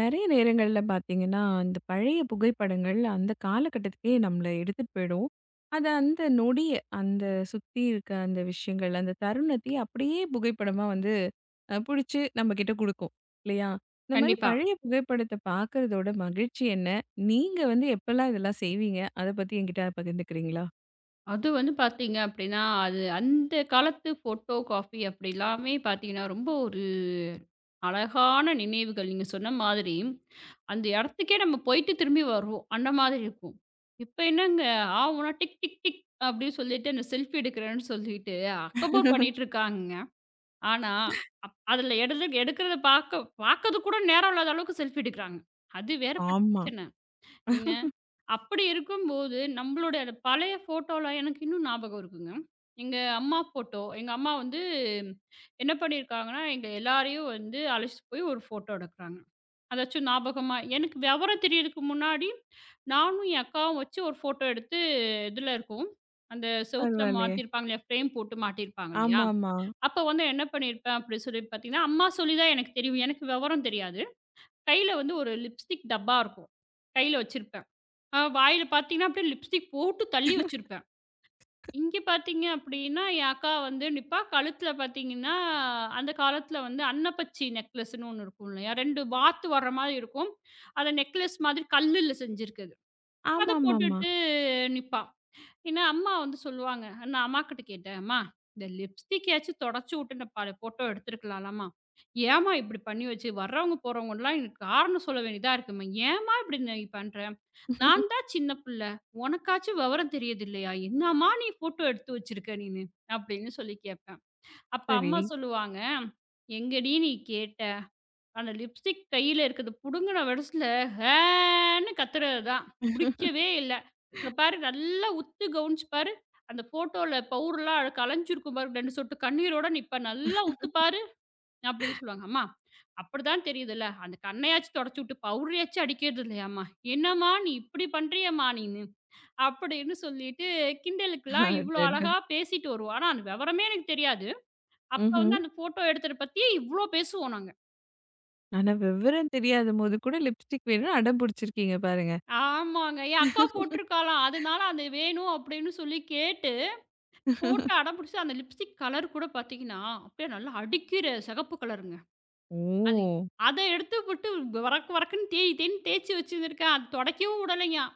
நெறைய நேரங்கள்ல பார்த்தீங்கன்னா, இந்த பழைய புகைப்படங்கள் அந்த காலகட்டத்துக்கே நம்மள எடுத்துட்டு போயிடும். அது அந்த நொடி, அந்த சுத்தி இருக்க அந்த விஷயங்கள், அந்த தருணத்தையே அப்படியே புகைப்படமா வந்து புடிச்சு நம்மகிட்ட குடுக்கும். இல்லையா? இந்த மாரி கண்டிப்பா. பழைய புகைப்படத்த பார்க்கறதோட மகிழ்ச்சி என்ன? நீங்க வந்து எப்பலாம் இதெல்லாம் செய்வீங்க? அத பத்தி என்கிட்ட பகிர்ந்துக்கிறீங்களா? அது வந்து பார்த்தீங்க அப்டின்னா, அது அந்த காலத்து ஃபோட்டோ காப்பி அப்படி எல்லாமே பார்த்தீங்கன்னா, ரொம்ப ஒரு அழகான நினைவுகள். நீங்க சொன்ன மாதிரி, அந்த இடத்துக்கே நம்ம போயிட்டு திரும்பி வருவோம். அந்த மாதிரி இருக்கும். இப்ப என்னங்க, ஊனா டிக் டிக் டிக் அப்படின்னு சொல்லிட்டு அந்த செல்ஃபி எடுக்கிறேன்னு சொல்லிட்டு அக்கபோர் பண்ணிட்டு இருக்காங்கங்க. ஆனா, அப் அதுல எடுது எடுக்கிறத பார்க்கறதுக்கு கூட நேரம் இல்லாத அளவுக்கு செல்ஃபி எடுக்கிறாங்க. அது வேறப்பட்ட ஆமா. பிரச்சனை. என்ன அப்படி இருக்கும்போது, நம்மளுடைய அந்த பழைய ஃபோட்டோலாம் எனக்கு இன்னும் ஞாபகம் இருக்குங்க. எங்க அம்மா ஃபோட்டோ. எங்க அம்மா வந்து என்ன பண்ணியிருக்காங்கன்னா, எங்க எல்லாரையும் வந்து அழைச்சிட்டு போய் ஒரு ஃபோட்டோ எடுக்குறாங்க. அதாச்சும் ஞாபகமா எனக்கு விவரம் தெரியறதுக்கு முன்னாடி, நானும் என் அக்காவும் வச்சு ஒரு ஃபோட்டோ எடுத்து இதுல இருக்கும். அந்த செவுத்துல பரவாயில்லையே. மாட்டியிருப்பாங்க இல்லையா? ஃப்ரேம் போட்டு மாட்டியிருப்பாங்க இல்லையா? ஆமாமா. அப்ப வந்து என்ன பண்ணியிருப்பேன் அப்படி சொல்லி பார்த்தீங்கன்னா, அம்மா சொல்லி தான் எனக்கு தெரியும். எனக்கு விவரம் தெரியாது. கையில வந்து ஒரு லிப்ஸ்டிக் டப்பா இருக்கும். கையில வச்சிருப்பேன். வாயில பார்த்தீங்கன்னா, அப்படியே லிப்ஸ்டிக் போட்டு தள்ளி வச்சிருப்பேன். இங்க பார்த்தீங்க அப்படின்னா, என் அக்கா வந்து நிப்பா. கழுத்தில பார்த்தீங்கன்னா, அந்த காலத்தில வந்து அன்னப்பச்சி நெக்லஸ்ன்னு ஒண்ணு இருக்கும் இல்லையா? 2 வாத்து வர்ற மாரி இருக்கும். அத நெக்லஸ் மாதிரி கல்லுல செஞ்சிருக்குது. அத ஆமாமாமா. போட்டுட்டு நிப்பா. ஏன்னா, அம்மா வந்து சொல்லுவாங்க. நான் அம்மாகிட்ட கேட்டேன், "அம்மா இந்த லிப்ஸ்டிக்கையாச்சும் தொடச்சு விட்டு இந்த பல ஃபோட்டோ எடுத்துருக்கலாம்லம்மா. ஏம்மா இப்படி பண்ணி வச்சு? வர்றவங்க போறவங்கலாம் எனக்கு காரணம் சொல்ல வேண்டியதா இருக்கும்மா. ஏம்மா இப்படி நீ பண்ற? நான் தான் சின்ன புள்ள. உனக்காச்சும் விவரம் தெரியுது இல்லையா? என்னம்மா நீ ஃபோட்டோ எடுத்து வச்சிருக்க நீனு?" அப்படின்னு சொல்லி கேட்பேன். அப்ப சரி. அம்மா சொல்லுவாங்க, "எங்கடி நீ கேட்ட? அந்த லிப்ஸ்டிக் கையில இருக்குது புடுங்குன வெடுசுல ஹேன்னு கத்துறது தான். முடிக்கவே இல்ல. அங்க பாரு நல்லா உத்து கவனிச்சு பாரு. அந்த ஃபோட்டோல பவுடர்லாம் அழ கலஞ்சிருக்கும் பாரு. 2 சொட்டு கண்ணீரோட நிப்பா. நல்லா உத்து பாரு அப்படின்னு சொல்லுவாங்க. அம்மா அப்படிதான் தெரியுதுல்ல. அந்த கண்ணையாச்சும் தொடச்சுட்டு பவுடரையாச்சும் அடிக்கிறது இல்லையாம்மா? என்னம்மா நீ இப்படி பண்றியேம்மா நீனு? அப்படின்னு சொல்லிட்டு கிண்டலுக்குலாம் இவ்ளோ அடடா! அழகா பேசிட்டு வருவோம். ஆனா அந்த விவரமே எனக்கு தெரியாது. அப்ப ம்ஹ்ம். வந்து அந்த ஃபோட்டோ எடுத்தத பத்தி இவ்ளோ பேசுவோம் நாங்க. ஆனா விவரம் தெரியாதபோது கூட லிப்ஸ்டிக் வேணும்னு அடம் பிடிச்சிருக்கீங்க பாருங்க. ஆமாங்க. என் அக்கா போட்டிருக்காளாம். அதனால அது வேணும் அப்படின்னு சொல்லி கேட்டு, போட்டு அடம் பிடிச்சு அந்த லிப்ஸ்டிக் கலர் கூட பார்த்தீங்கன்னா, அப்படியே நல்லா அடிக்கிற சிகப்பு கலருங்க. அது ஓ! அத எடுத்து போட்டு வரக்கு வரக்குன்னு தேய் தேய்ன்னு தேய்ச்சு வச்சுருந்துருக்கேன். அது துடைக்கவும் விடலையாம்.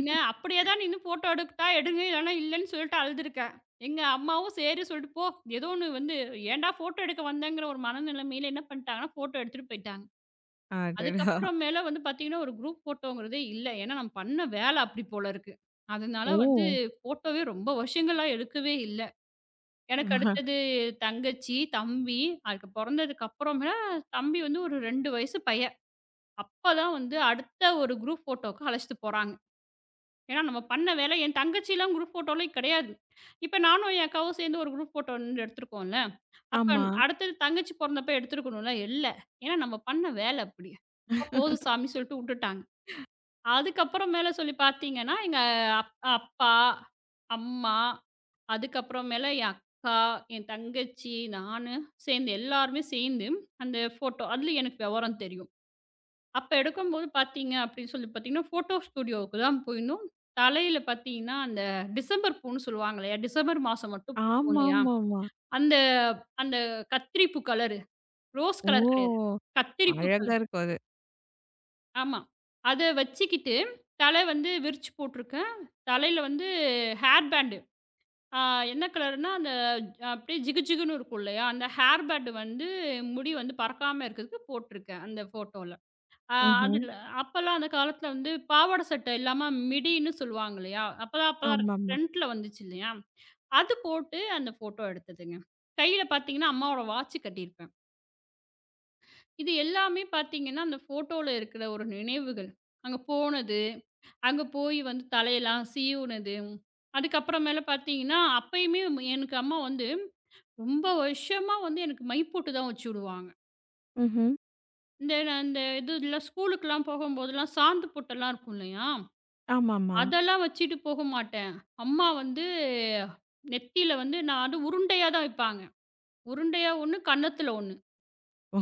என்ன அப்படியே தான் நின்னு ஃபோட்டோ எடுத்தா எடுங்க, இல்லைன்னா இல்லைன்னு சொல்லிட்டு அழுதுருக்கேன். எங்க அம்மாவும் சரி சொல்லிட்டு, "போ ஏதோ ஒண்ணு வந்து ஏன்டா ஃபோட்டோ எடுக்க வந்தேங்கிற" ஒரு மனநிலைமையில என்ன பண்ணிட்டாங்கன்னா, ஃபோட்டோ எடுத்துட்டு போயிட்டாங்க. அடடா! அதுக்கப்புறம் மேல வந்து பார்த்தீங்கன்னா, ஒரு குரூப் ஃபோட்டோங்கிறதே இல்ல. ஏன்னா, நம்ம பண்ண வேலை அப்படி போல இருக்கு. அதனால வந்து ஓ! ஃபோட்டோவே ரொம்ப வருஷங்களா எடுக்கவே இல்ல. எனக்கு அடுத்தது தங்கச்சி, தம்பி அதுக்கு பொறந்ததுக்கு அப்புறமே தம்பி வந்து ஒரு 2 வயசு பையன். அப்பதான் வந்து அடுத்த ஒரு குரூப் ஃபோட்டோக்கு அழைச்சிட்டு போறாங்க. ஏன்னா, நம்ம பண்ண வேலை என் தங்கச்சிலாம் குரூப் ஃபோட்டோலே கிடையாது. இப்ப நானும் என் அக்காவும் சேர்ந்து ஒரு குரூப் ஃபோட்டோ நின்னு எடுத்திருக்கோம்ல. அப்ப ஆமா. அடுத்தது தங்கச்சி பொறந்தப்ப எடுத்திருக்கணும்ல. இல்ல. ஏன்னா, நம்ம பண்ண வேலை அப்படி. அப்ப போதும் சாமின்னு சொல்லிட்டு வுட்டுட்டாங்க. அதுக்கப்புறம் மேல சொல்லி பார்த்தீங்கன்னா, எங்க அப் அப்பா, அம்மா, அதுக்கப்புறமேல என் அக்கா, என் தங்கச்சி, நானு சேர்ந்து எல்லாருமே சேர்ந்து அந்த ஃபோட்டோ அதில எனக்கு விவரம் தெரியும். அப்ப எடுக்கும்போது பார்த்தீங்க அப்படின்னு சொல்லி பார்த்தீங்கன்னா, ஃபோட்டோ ஸ்டூடியோவுக்கு தான் போயிருந்தோம். தலையில பார்த்தீங்கன்னா, அந்த டிசம்பர் பூன்னு சொல்லுவாங்க இல்லையா? டிசம்பர் மாசம் மட்டும் பூக்கும் இல்லையா? ஆமாமாமா. அந்த அந்த கத்திரிப்பூ கலரு. ரோஸ் கலர் கிடையாது. ஓ! கத்திரிப்பூ அழகா கலர். இருக்கும் அது. ஆமா. அத வச்சுக்கிட்டு, தலை வந்து விரிச்சு போட்டுருக்கேன். தலையில வந்து ஹேர் பேண்டு. ஆ என்ன கலர்னா, அந்த அப்படியே ஜிகு ஜிகுன்னு இருக்கும் இல்லையா? அந்த ஹேர் பேண்டு வந்து முடி வந்து பறக்காம இருக்கிறதுக்கு போட்டுருக்கேன், அந்த ஃபோட்டோல. ஆ ம்ஹ்ம். அதுல அப்பலாம் அந்த காலத்துல வந்து பாவாடை சட்டை இல்லாம மிடின்னு சொல்லுவாங்க இல்லையா? அப்பதான் அப்பதான் ஆமாமா. ட்ரெண்ட்ல வந்துச்சு இல்லையா? அது போட்டு அந்த ஃபோட்டோ எடுத்ததுங்க. கையில பார்த்தீங்கன்னா, அம்மாவோட வாட்ச் கட்டியிருப்பேன். இது எல்லாமே பார்த்தீங்கன்னா, அந்த ஃபோட்டோல இருக்கிற ஒரு நினைவுகள். அங்க போனது. அங்க போய் வந்து தலையெல்லாம் சீவுனது. அதுக்கப்புறமேல பார்த்தீங்கன்னா, அப்பயுமே எனக்கு அம்மா வந்து ரொம்ப வருஷமா வந்து எனக்கு மை போட்டு தான் வச்சு விடுவாங்க. ம்ஹ்ம். இந்த நான் இந்த இதுலாம் ஸ்கூலுக்குலாம் போகும்போதெல்லாம் சாந்து பொட்டெல்லாம் இருக்கும் இல்லையா? ஆமாமா. அதெல்லாம் வச்சுட்டு போக மாட்டேன். அம்மா வந்து நெத்தியில வந்து நான் வந்து உருண்டையா தான் வைப்பாங்க. உருண்டையா ஒண்ணு, கன்னத்துல ஒண்ணு. ஓ!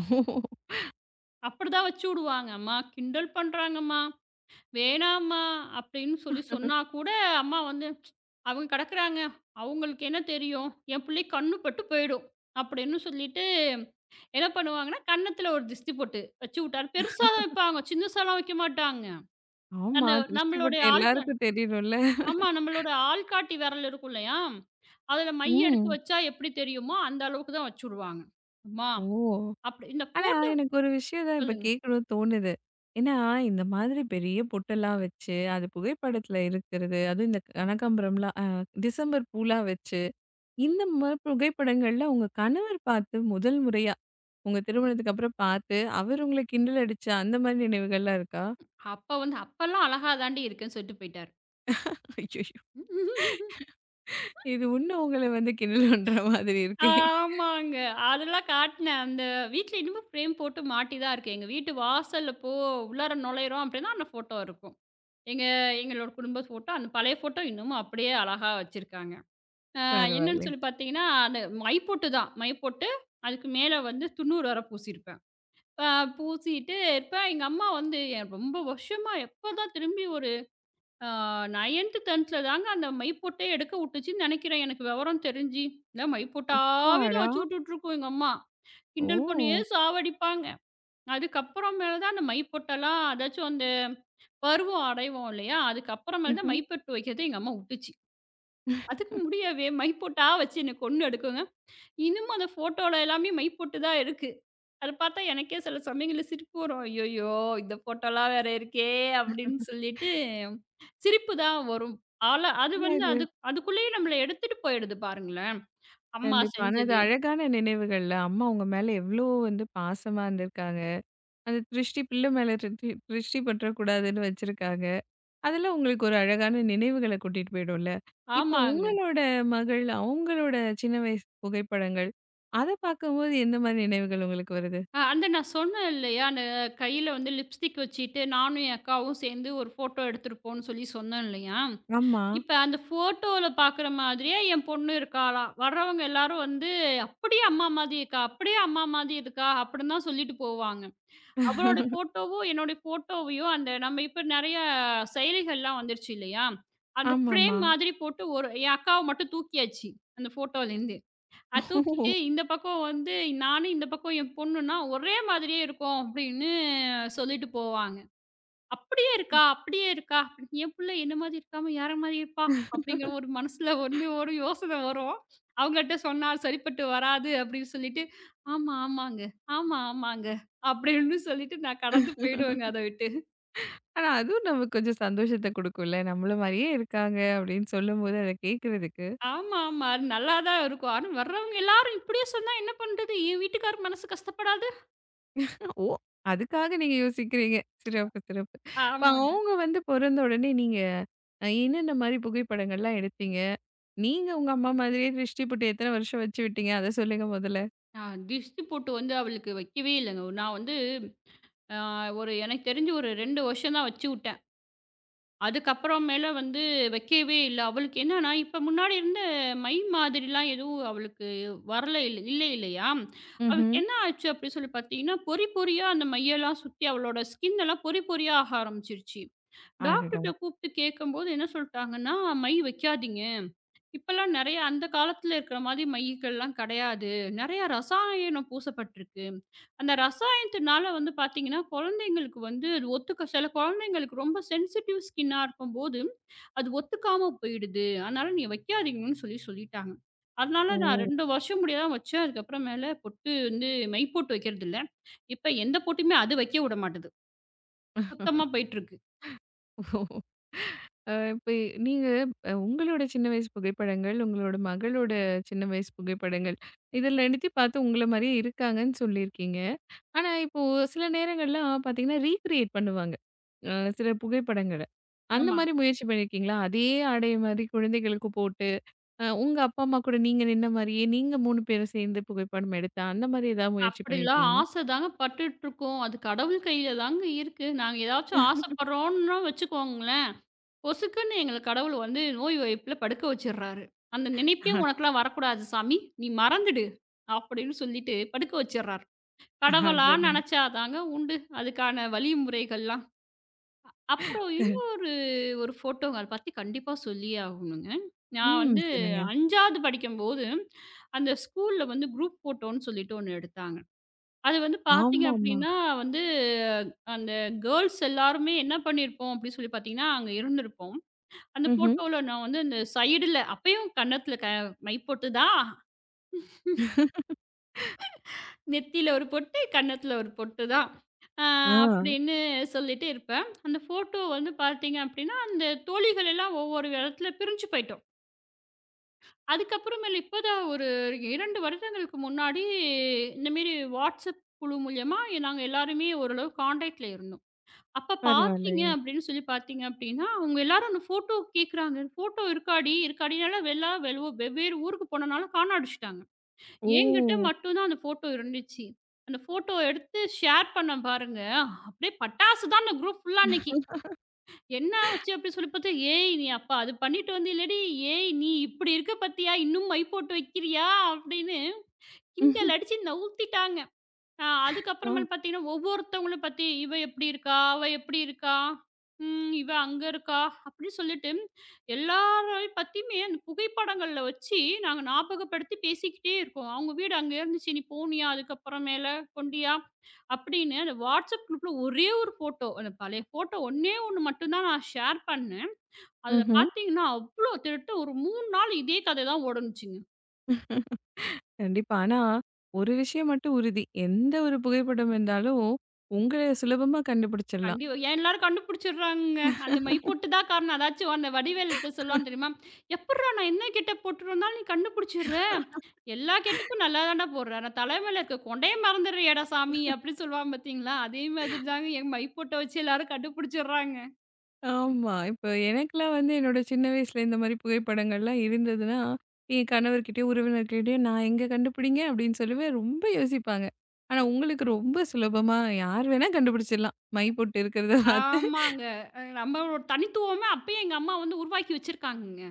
அப்படிதான் வச்சு விடுவாங்க. அம்மா கிண்டல் பண்றாங்கம்மா. வேணாம்மா அப்படின்னு சொல்லி சொன்னா கூட அம்மா வந்து அவங்க கிடக்குறாங்க அவங்களுக்கு என்ன தெரியும் என் பிள்ளை கண்ணு பட்டு போயிடும் அப்படின்னு சொல்லிட்டு என்ன பண்ணுவாங்கன்னா கன்னத்துல ஒரு திஷ்டி போட்டு வச்சு விட்டாரு பெருசா தான் வைப்பாங்க சின்னசாலாம் வைக்க மாட்டாங்க ஆமா. அந்த திருஷ்டி நம்மளுடைய பொட்டு ஆள்கா எல்லாருக்கும் தெரியணும்ல. ஆமா நம்மளோட ஆள்காட்டி விரல் இருக்கும் இல்லையா அதுல மைய எடுத்து ம். வச்சா எப்படி தெரியுமோ அந்த அளவுக்கு தான் வச்சு விடுவாங்க அம்மா ஓ! அப்படி இந்த ஆனா, போட்டு எனக்கு ஒரு விஷயம் தான் இப்ப சொல்லுங்க கேட்கணும்னு தோணுது. ஏன்னா, இந்த மாதிரி பெரிய பொட்டெல்லாம் வச்சு, அது புகைப்படத்துல இருக்கிறது, அதுவும் இந்த கனகாம்பரம்லாம் டிசம்பர் பூலாம் வச்சு, இந்த மாரி புகைப்படங்கள்ல உங்க கணவர் பார்த்து முதல் முறையா, உங்க திருமணத்துக்கு அப்புறம் பார்த்து, அவர் உங்கள கிண்டல் அடிச்ச அந்த மாரி நினைவுகள்லாம் இருக்கா? அப்ப வந்து அப்பெல்லாம் அழகா தாண்டி இருக்குன்னு சொல்லிட்டு ஐய்யய்யோ! போயிட்டாரு இது இன்னும் உங்கள வந்து கிண்டல் பண்ற மாதிரி இருக்கே! ஆமாங்க. அதெல்லாம் காட்டுனேன். அந்த வீட்ல இன்னமும் ஃப்ரேம் போட்டு மாட்டி தான் இருக்கு. எங்க வீட்டு வாசல்ல உள்ளார நுழையிறோம் அப்டின்னா, அந்த ஃபோட்டோ இருக்கும். எங்க எங்களோட குடும்ப ஃபோட்டோ, அந்த பழைய ஃபோட்டோ இன்னமும் அப்படியே அழகா வச்சிருக்காங்க. அ என்னன்னு பரவாயில்ல. சொல்லி பார்த்தீங்கன்னா, அந்த மை பொட்டு தான். மை போட்டு, அதுக்கு மேல வந்து துண்ணூறு வேற பூசியிருப்பேன். அ பூசிட்டு இருப்பேன். எங்க அம்மா வந்து ரொம்ப வருஷமா எப்பதான் திரும்பி ஒரு ஆ 9, 10ல் தாங்க அந்த மைப்பொட்டே எடுக்க வுட்டுச்சுன்னு நெனைக்கிறேன் எனக்கு விவரம் தெரிஞ்சு. இல்ல மைப்பொட்டாவே தான் அப்பாடா! வச்சு வுட்டுட்டுருக்கும் எங்க அம்மா. கிண்டல் பண்ணியே ஓ! சாவடிப்பாங்க. அதுக்கப்புறம் மேல தான் அந்த மைப்பொட்டெல்லாம் அதாச்சும் அந்த பருவம் அடைவோம் இல்லையா? அதுக்கப்புறம் மேல தான் ம்ஹ்ம். மைப்பொட்டு வைக்கிறத எங்க அம்மா வுட்டுச்சு. அதுக்கு முடியவே மைப்பொட்டா வச்சு என்ன கொன்னு எடுக்குங்க. இன்னமும் அந்த ஃபோட்டோல எல்லாமே மை போட்டு தான் இருக்கு. அத பார்த்தா எனக்கே சில சமயங்கள்ல சிரிப்பு வரும். "ஐயய்யோ! இந்த ஃபோட்டோலாம் வேற இருக்கே!" அப்படின்னு சொல்லிட்டு சிரிப்பு தான் வரும். ஆல அது ஆனா வந்து இது அது அதுக்குள்ளேயே நம்மள எடுத்துட்டு போயிடுது பாருங்களேன். அம்மா கண்டிப்பா. ஆனா அது செஞ்சது. அழகான நினைவுகள்ல. அம்மா உங்க மேல எவ்ளோ வந்து பாசமா இருந்திருக்காங்க. அந்த திருஷ்டி பிள்ளை மேல திருஷ்டி திருஷ்டி பற்றக்கூடாதுன்னு வச்சிருக்காங்க. அதெல்லாம் உங்களுக்கு ஒரு அழகான நினைவுகள கூட்டிட்டு போயிடும்ல. இப்போ ஆமாங்க. உங்களோட மகள், அவங்களோட சின்ன வயசு புகைப்படங்கள், அத பார்க்கும்போது எந்த மாரி நினைவுகள் உங்களுக்கு வருது? அந்த நான் சொன்னேன் இல்லையா? அந்த கையில வந்து லிப்ஸ்டிக் வச்சுட்டு நானும் என் அக்காவும் சேர்ந்து ஒரு ஃபோட்டோ எடுத்திருப்போம்ன்னு சொல்லி சொன்னேன் இல்லையா? அம்மா. இப்ப அந்த ஃபோட்டோல பார்க்குற மாதிரியே என் பொண்ணு இருக்காளாம். வர்றவங்க எல்லாரும் வந்து, "அப்படியே அம்மா மாதிரி இருக்கா! அப்படியே அம்மா மாதிரி இருக்கா!" அப்படின்னு தான் சொல்லிட்டு போவாங்க. அவளோட ஃபோட்டோவும், என்னோட ஃபோட்டோவையும் அந்த நம்ம இப்ப நெறைய செயலிகள்லாம் வந்துருச்சு இல்லையா? அந்த ஃப்ரேம் ஆமாமா. மாதிரி போட்டு ஒரு என் அக்காவ மட்டும் தூக்கியாச்சு, அந்த ஃபோட்டோலேருந்து. அத ஓ, தூக்கிட்டு இந்த பக்கம் வந்து நானு, இந்த பக்கம் என் பொண்ணுன்னா, "ஒரே மாதிரியே இருக்கோம்" அப்படின்னு சொல்லிட்டு போவாங்க. "அப்படியே இருக்கா, அப்படியே இருக்கா" அப்படின்னு என் புள்ள என்ன மாதிரி இருக்காம, யார மாதிரி இருப்பா? அப்படிங்கிற ஒரு மனசுல வந்து ஒரு யோசனை வரும். அவங்கள்ட்ட சொன்னா சரிப்பட்டு வராது அப்படின்னு சொல்லிட்டு, "ஆமா, ஆமாங்க. ஆமா, ஆமாங்க." அப்படின்னு சொல்லிட்டு நான் கடந்து போயிடுவேங்க அத விட்டு. ஆனா அதுவும் நமக்கு கொஞ்சம் சந்தோஷத்த குடுக்கும்ல. நம்மள மாரியே இருக்காங்க அப்படின்னு சொல்லும்போது அத கேட்கறதுக்கு. ஆமா, ஆமா. அது நல்லா தான் இருக்கும். ஆனா வர்றவங்க எல்லாரும் இப்படியே சொன்னா என்ன பண்றது? என் வீட்டுக்காரர் மனசு கஷ்டப்படாது? ஓ! அதுக்காக நீங்க யோசிக்கிறீங்க. சிறப்பு, சிறப்பு. இப்ப ஆமாங்க. அவங்க வந்து பொறந்த உடனே நீங்க என்னென்ன மாரி புகைப்படங்கள்லாம் எடுத்தீங்க? நீங்க உங்க அம்மா மாதிரியே திருஷ்டி போட்டு எத்தன வருஷம் வச்சு விட்டீங்க? அத சொல்லுங்க முதல்ல? நான் திஷ்டி போட்டு வந்து அவளுக்கு வைக்கவே இல்லங்க. நான் வந்து அ ஒரு எனக்கு தெரிஞ்சு ஒரு 2 வருஷம் தான் வச்சுவுட்டேன். அதுக்கப்புறமேல வந்து வைக்கவே இல்ல. அவளுக்கு என்னன்னா, இப்ப முன்னாடி இருந்த மை மாதிரிலாம் எதுவும் அவளுக்கு வரல இல்லை இல்லையா? அவளுக்கு ம்ஹ்ம். என்ன ஆச்சு அப்படின்னு சொல்லி பார்த்தீங்கன்னா, பொறி பொறியா அந்த மையெல்லாம் சுத்தி அவளோட ஸ்கின் எல்லாம் பொறி பொறியா ஆக ஆரம்பிச்சுருச்சு. அடடா! டாக்டர்ட்ட கூப்பிட்டு கேட்கும்போது என்ன சொல்ட்டாங்கன்னா, "மை வைக்காதீங்க. இப்பல்லாம் நெறைய அந்த காலத்துல இருக்கிற மாதிரி மையங்கள்லாம் கெடையாது. நெறைய ரசாயனம் பூசப்பட்டிருக்கு. அந்த ரசாயனத்துனால வந்து பார்த்தீங்கன்னா, குழந்தைங்களுக்கு வந்து அது ஒத்துக்க சில குழந்தைங்களுக்கு ரொம்ப சென்சிட்டிவ் ஸ்கின்னா இருக்கும்போது, அது ஒத்துக்காம போயிடுது. அதனால நீ வைக்காதீங்கன்னு சொல்லி சொல்லிட்டாங்க. அதனால ஓ! நான் 2 வருஷம் முடிய தான் வச்சேன். அதுக்கப்புறம் மேல பொட்டு வந்து மை பொட்டு வைக்கிறதில்ல. இப்ப எந்த பொட்டுமே அது வைக்க விட மாட்டுது. சுத்தமா போயிட்டுருக்கு. இப்ப நீங்க உங்களோட சின்ன வயசு புகைப்படங்கள், உங்களோட மகளோட சின்ன வயசு புகைப்படங்கள், இதில 2த்தையும் பார்த்து உங்கள மாரியே இருக்காங்கன்னு சொல்லியிருக்கீங்க. ஆனா, இப்போ சில நேரங்கள்லாம் பார்த்தீங்கன்னா, ரீகிரியேட் பண்ணுவாங்க. அ சில புகைப்படங்கள. அந்த ஆமா. மாரி முயற்சி பண்ணியிருக்கீங்களா? அதே ஆடை மாரி குழந்தைகளுக்கு போட்டு, உங்க அப்பா, அம்மா கூட நீங்க நின்ன மாரியே, நீங்க 3 பேரும் சேர்ந்து புகைப்படம் எடுத்த, அந்த மாரி ஏதாவது முயற்சி அப்படிலாம் பண்ணியிருக்கீங்களா? ஆசை தாங்க பட்டுட்ருக்கோம். அது கடவுள் கையில தாங்க இருக்கு. நாங்க ஏதாச்சும் ஆசைப்படுறோம்ன்னா வச்சுக்கோங்களேன், பொசுக்குன்னு எங்கள கடவுள் வந்து நோய் வாய்ப்புல படுக்க வச்சுர்றாரு. அந்த நினைப்பே உனக்கெல்லாம் வரக்கூடாது சாமி, நீ மறந்துடு அப்படின்னு சொல்லிட்டு படுக்க வச்சுர்றாரு. கடவுளா அடடா! நெனச்சா தாங்க உண்டு அதுக்கான வழிமுறைகள்லாம். அப்புறம் இன்னொரு ஒரு ஃபோட்டோங்க அத பத்தி கண்டிப்பா சொல்லியே ஆகணுங்க. நான் ம். வந்து சொல்லுங்க. 5வது படிக்கும்போது, அந்த ஸ்கூல்ல வந்து குரூப் ஃபோட்டோன்னு சொல்லிட்டு ஒண்ணு எடுத்தாங்க. அது வந்து பார்த்தீங்க ஆமாமா. அப்டின்னா வந்து, அந்த கேர்ல்ஸ் எல்லாருமே என்ன பண்ணியிருப்போம் அப்டின்னு சொல்லி பார்த்தீங்கன்னா, அங்க இருந்திருப்போம். அந்த ம்ஹ்ம். ஃபோட்டோல நான் வந்து அந்த சைடுல அப்பயும் கன்னத்துல மை பொட்டு தான். நெத்தியில ஒரு பொட்டு, கன்னத்துல ஒரு பொட்டு தான். ஆ ஆ அப்டின்னு சொல்லிட்டு இருப்பேன். அந்த ஃபோட்டோ வந்து பார்த்தீங்க அப்டின்னா, அந்த தோழிகள் எல்லாம் ஒவ்வொரு இடத்துல பிரிஞ்சு போயிட்டோம். அதுக்கப்புறமேலு இப்பதான் ஒரு 2 வருடங்களுக்கு முன்னாடி இந்த மாரி WhatsApp குழு மூலியமா நாங்க எல்லாருமே ஓரளவு கான்டாக்ட்ல இருந்தோம். அப்ப பார்த்தீங்க பரவாயில்லையே! அப்படின்னு சொல்லி பார்த்தீங்க அப்படின்னா, அவங்க எல்லாரும் அந்த ஃபோட்டோ கேட்குறாங்க. "ஃபோட்டோ இருக்காடி, இருக்காடினால" எல்லா வெவ்வேறு ஊருக்கு போனனால காண அடிச்சுட்டாங்க. என்கிட்ட ஓ! மட்டும் தான் அந்த ஃபோட்டோ இருந்துச்சு. அந்த ஃபோட்டோ எடுத்து ஷேர் பண்ணேன் பாருங்க, அப்படியே பட்டாசு தான் அந்த குரூப் ஃபுல்லா அன்னைக்கு. என்ன ஆச்சு அப்படின்னு சொல்லி பார்த்தா, "ஏய் நீ அப்ப அது பண்ணிட்டு வந்தீல்லடி, ஏய் நீ இப்படி இருக்க பார்த்தியா, இன்னும் மை போட்டு வைக்கிறியா" அப்படின்னு ம்ஹும். கிண்டல் அடிச்சு நவுத்திட்டாங்க. ஆ. அதுக்கப்புறமேல் பார்த்தீங்கன்னா, ஒவ்வொருத்தவங்கள பத்தி, "இவ எப்படி இருக்கா? அவ எப்படி இருக்கா? ம் இவ அங்க இருக்கா?" அப்படின்னு சொல்லிட்டு, எல்லாரையும் பத்தியுமே அந்த புகைப்படங்கள்ல வச்சு, நாங்க ஞாபகப்படுத்தி பேசிக்கிட்டே இருக்கோம். "அவங்க வீடு அங்க இருந்துச்சு. நீ போனியா? அதுக்கப்புறமேல கொண்டியா?" அப்படின்னு அந்த WhatsApp குரூப்ல ஒரே ஒரு ஃபோட்டோ. அந்த பழைய ஃபோட்டோ ஒண்ணே ஒண்ணு மட்டும் தான் நான் ஷேர் பண்ணேன். அதுல ம்ஹ்ம். பார்த்தீங்கன்னா, அவ்ளோ! திரட்ட ஒரு 3 நாள் இதே கதை தான் ஓடுனுச்சுங்க. கண்டிப்பா. ஆனா, ஒரு விஷயம் மட்டும் உறுதி. எந்த ஒரு புகைப்படம் இருந்தாலும், உங்கள சுலபமா கண்டுபிடிச்சிடலாம். கண்டிப்பா. ஏன் எல்லாரும் கண்டுபிடிச்சிடுறாங்கங்க. அந்த மை பொட்டு தான் காரணம். அதாச்சும் அந்த வடிவேலுட்ட சொல்லுவான் தெரியுமா? "எப்புட்றா நான் என்ன கெட்டப் போட்டுருந்தாலும் நீ கண்டுபிடிச்சிடுற. எல்லா கெட்டப்பும் நல்லா தான்டா போடுற. ஆனா தலைமையில இருக்க கொண்டைய மறந்துடுறியேடா சாமி" அப்படின்னு சொல்லுவான் பாத்தீங்களா? அதே மாதிரி தாங்க என் மை பொட்ட வச்சு எல்லாரும் கண்டுபிடிச்சிடுறாங்க. ஆமா. இப்ப எனக்கெல்லாம் வந்து என்னோட சின்ன வயசுல இந்த மாரி புகைப்படங்கள்லாம் இருந்ததுன்னா, என் கணவர்கிட்டயும், உறவினர்கிட்டயும் நான் எங்க கண்டுபிடிங்க அப்படின்னு சொல்லுவேன். ரொம்ப யோசிப்பாங்க. ஆனா உங்களுக்கு ரொம்ப சுலபமா யார் வேணா கண்டுபிடிச்சிடலாம். மை பொட்டு இருக்கிறத பார்த்து ஆமாங்க. நம்மளோட தனித்துவமே அப்பயே எங்க அம்மா வந்து உருவாக்கி வச்சிருக்காங்கங்க.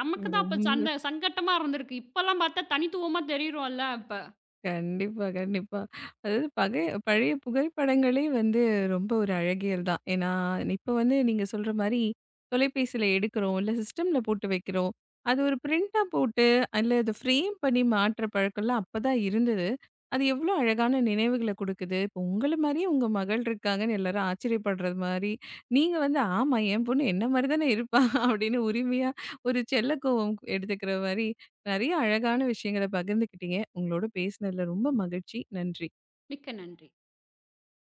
நமக்கு தான் அப்ப ரொம்ப சண்ட சங்கட்டமா இருந்திருக்கு. இப்பல்லாம் பாத்தா தனித்துவமா தெரியிறோம்ல அப்ப. கண்டிப்பா, கண்டிப்பா. அதாவது பழைய புகைப்படங்களே வந்து ரொம்ப ஒரு அழகியல் தான். ஏன்னா, இப்ப வந்து நீங்க சொல்ற மாரி தொலைபேசியில எடுக்கிறோம், இல்ல சிஸ்டம்ல போட்டு வைக்கிறோம். அது ஒரு பிரிண்டா போட்டு, அல்ல அத ஃப்ரேம் பண்ணி மாற்ற பழக்கம்லாம் அப்பதான் இருந்தது. அது எவ்ளோ அழகான நினைவுகள குடுக்குது. இப்போ உங்கள மாரியே உங்க மகள் இருக்காங்கன்னு எல்லாரும் ஆச்சரியப்படுறது மாரி, நீங்க வந்து ஆமா என் பொண்ணு என்ன மாரி தானே இருப்பா அப்படின்னு உரிமையா ஒரு செல்ல கோவம் எடுத்துக்கிற மாரி நிறைய அழகான விஷயங்கள பகிர்ந்துக்கிட்டீங்க. உங்களோட பேசினதுல ரொம்ப மகிழ்ச்சி. நன்றி. மிக்க நன்றி.